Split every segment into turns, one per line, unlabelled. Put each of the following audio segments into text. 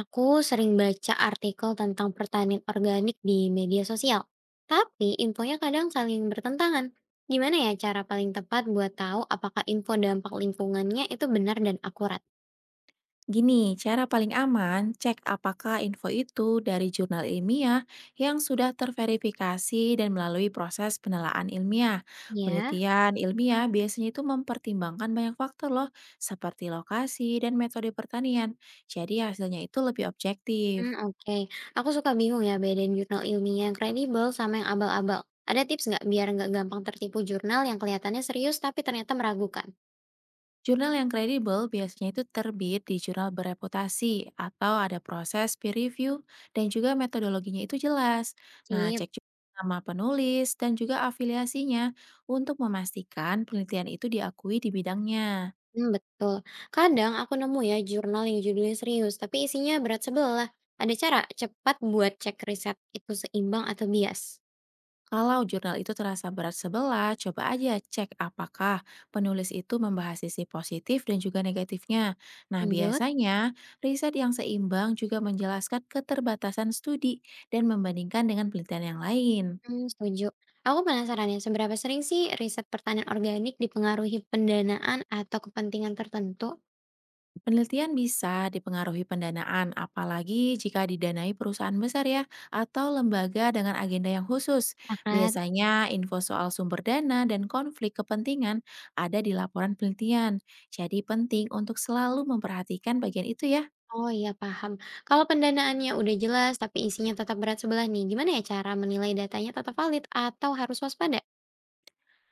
Aku sering baca artikel tentang pertanian organik di media sosial, tapi infonya kadang saling bertentangan. Gimana ya cara paling tepat buat tahu apakah info dampak lingkungannya itu benar dan akurat?
Gini, cara paling aman, cek apakah info itu dari jurnal ilmiah yang sudah terverifikasi dan melalui proses penelaahan ilmiah.
Ya.
Penelitian ilmiah biasanya itu mempertimbangkan banyak faktor loh, seperti lokasi dan metode pertanian. Jadi hasilnya itu lebih
Hmm,
objektif.
oke. Aku suka bingung ya bedain jurnal ilmiah yang kredibel sama yang abal-abal. Ada tips nggak biar nggak gampang tertipu jurnal yang kelihatannya serius tapi ternyata meragukan?
Jurnal yang kredibel biasanya itu terbit di jurnal bereputasi atau ada proses peer review dan juga metodologinya itu jelas. Nah,
Sip.
cek juga nama penulis dan juga afiliasinya untuk memastikan penelitian itu diakui di bidangnya.
Mmm, betul. Kadang aku nemu ya jurnal yang judulnya serius, tapi isinya berat sebelah. Ada cara cepat buat cek riset itu seimbang atau bias?
Kalau jurnal itu terasa berat sebelah, coba aja cek apakah penulis itu membahas sisi positif dan juga negatifnya. Nah,
Lanjut.
biasanya riset yang seimbang juga menjelaskan keterbatasan studi dan membandingkan dengan penelitian yang lain.
Mmm, setuju. Aku penasaran ya, seberapa sering sih riset pertanian organik dipengaruhi pendanaan atau kepentingan tertentu?
Penelitian bisa dipengaruhi pendanaan, apalagi jika didanai perusahaan besar ya, atau lembaga dengan agenda yang khusus.
Sepakat.
Biasanya info soal sumber dana dan konflik kepentingan ada di laporan penelitian. Jadi penting untuk selalu memperhatikan bagian itu ya.
Oh iya, paham. Kalau pendanaannya udah jelas tapi isinya tetap berat sebelah nih, gimana ya cara menilai datanya tetap valid atau harus waspada?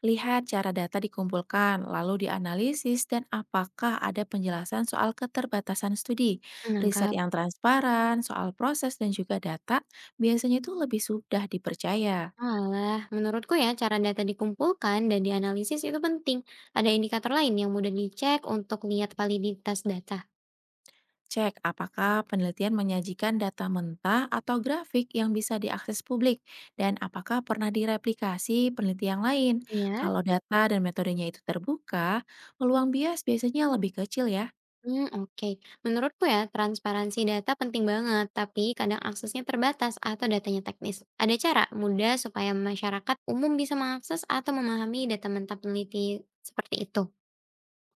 Lihat cara data dikumpulkan, lalu dianalisis dan apakah ada penjelasan soal keterbatasan studi. Riset
Menangkap.
yang transparan, soal proses dan juga data biasanya itu lebih mudah dipercaya.
Alah, menurutku ya cara data dikumpulkan dan dianalisis itu penting. Ada indikator lain yang mudah dicek untuk lihat validitas data.
Cek apakah penelitian menyajikan data mentah atau grafik yang bisa diakses publik, dan apakah pernah direplikasi penelitian lain.
Ya.
Kalau data dan metodenya itu terbuka, peluang bias biasanya lebih kecil ya.
Hmm, oke. Menurutku ya transparansi data penting banget, tapi kadang aksesnya terbatas atau datanya teknis. Ada cara mudah supaya masyarakat umum bisa mengakses atau memahami data mentah peneliti seperti itu.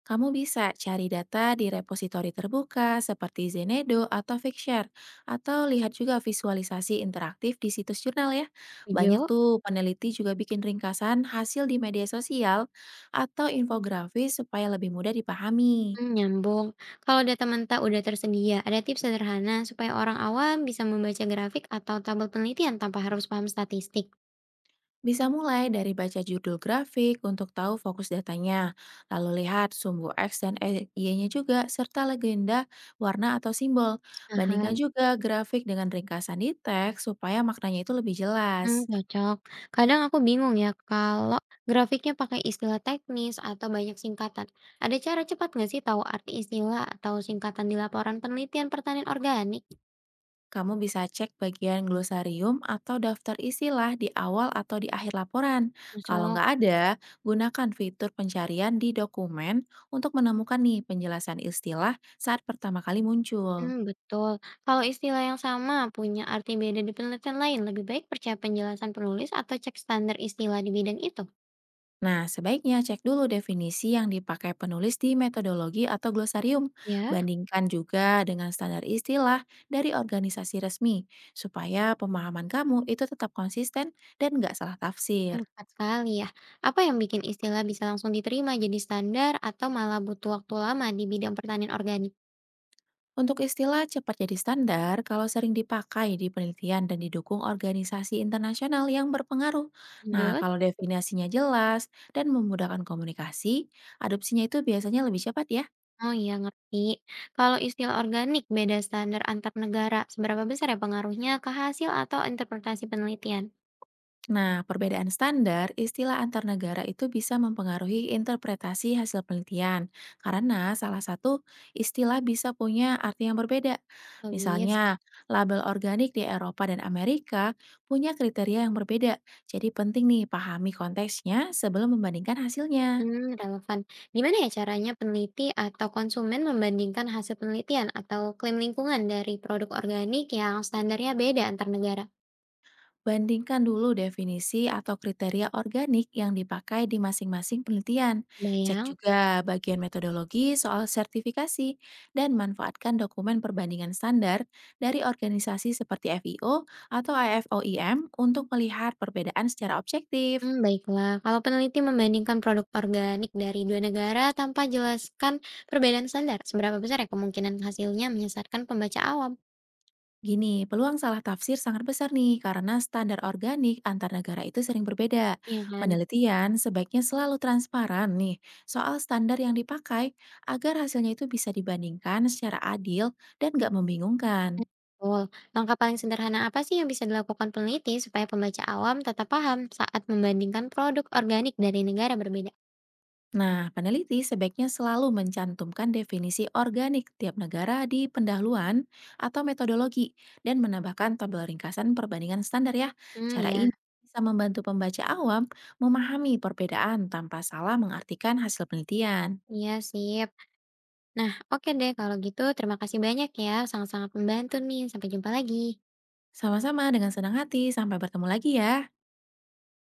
Kamu bisa cari data di repositori terbuka seperti Zenedo atau Figshare, atau lihat juga visualisasi interaktif di situs jurnal ya. Banyak
Setuju?
tuh peneliti juga bikin ringkasan hasil di media sosial atau infografis supaya lebih mudah dipahami.
Mmm, nyambung. Kalau data mentah udah tersedia, ada tips sederhana supaya orang awam bisa membaca grafik atau tabel penelitian tanpa harus paham statistik?
Bisa mulai dari baca judul grafik untuk tahu fokus datanya, lalu lihat sumbu X dan Y-nya juga, serta legenda, warna, atau simbol. Bandingkan
Paham.
juga grafik dengan ringkasan di teks supaya maknanya itu lebih
Mmm,
jelas.
cocok. Kadang aku bingung ya kalau grafiknya pakai istilah teknis atau banyak singkatan. Ada cara cepat nggak sih tahu arti istilah atau singkatan di laporan penelitian pertanian organik?
Kamu bisa cek bagian glosarium atau daftar istilah di awal atau di akhir laporan. Kalau
Masuk.
nggak ada, gunakan fitur pencarian di dokumen untuk menemukan nih penjelasan istilah saat pertama kali muncul.
Mmm, betul. Kalau istilah yang sama punya arti beda di penelitian lain, lebih baik percaya penjelasan penulis atau cek standar istilah di bidang itu?
Nah, sebaiknya cek dulu definisi yang dipakai penulis di metodologi atau glosarium.
Ya.
Bandingkan juga dengan standar istilah dari organisasi resmi, supaya pemahaman kamu itu tetap konsisten dan nggak salah
Mmm,
tafsir.
tepat sekali ya. Apa yang bikin istilah bisa langsung diterima jadi standar atau malah butuh waktu lama di bidang pertanian organik?
Untuk istilah cepat jadi standar kalau sering dipakai di penelitian dan didukung organisasi internasional yang berpengaruh. Nah,
Lanjut.
kalau definisinya jelas dan memudahkan komunikasi, adopsinya itu biasanya lebih cepat ya.
Oh iya ngerti. Kalau istilah organik beda standar antar negara, seberapa besar ya pengaruhnya ke hasil atau interpretasi penelitian?
Nah, perbedaan standar istilah antar negara itu bisa mempengaruhi interpretasi hasil penelitian, karena salah satu istilah bisa punya arti yang berbeda.
Logis.
Misalnya, label organik di Eropa dan Amerika punya kriteria yang berbeda, jadi penting nih pahami konteksnya sebelum membandingkan hasilnya.
Hmm, relevan. Gimana ya caranya peneliti atau konsumen membandingkan hasil penelitian atau klaim lingkungan dari produk organik yang standarnya beda antar negara?
Bandingkan dulu definisi atau kriteria organik yang dipakai di masing-masing penelitian. Cek
Bayang.
juga bagian metodologi soal sertifikasi dan manfaatkan dokumen perbandingan standar dari organisasi seperti FIO atau IFOIM untuk melihat perbedaan secara objektif.
Hmm, baiklah. Kalau peneliti membandingkan produk organik dari dua negara tanpa jelaskan perbedaan standar, seberapa besar ya kemungkinan hasilnya menyesatkan pembaca awam?
Gini, peluang salah tafsir sangat besar nih karena standar organik antar negara itu sering berbeda.
Iya kan?
Penelitian sebaiknya selalu transparan nih soal standar yang dipakai agar hasilnya itu bisa dibandingkan secara adil dan nggak membingungkan.
Betul. Langkah paling sederhana apa sih yang bisa dilakukan peneliti supaya pembaca awam tetap paham saat membandingkan produk organik dari negara berbeda?
Nah, peneliti sebaiknya selalu mencantumkan definisi organik tiap negara di pendahuluan atau metodologi dan menambahkan tabel ringkasan perbandingan standar ya.
Hmm,
Cara
ya.
ini bisa membantu pembaca awam memahami perbedaan tanpa salah mengartikan hasil penelitian.
Iya, sip. Nah, oke deh kalau gitu. Terima kasih banyak ya. Sangat-sangat membantu nih. Sampai jumpa lagi.
Sama-sama dengan senang hati, sampai bertemu lagi ya.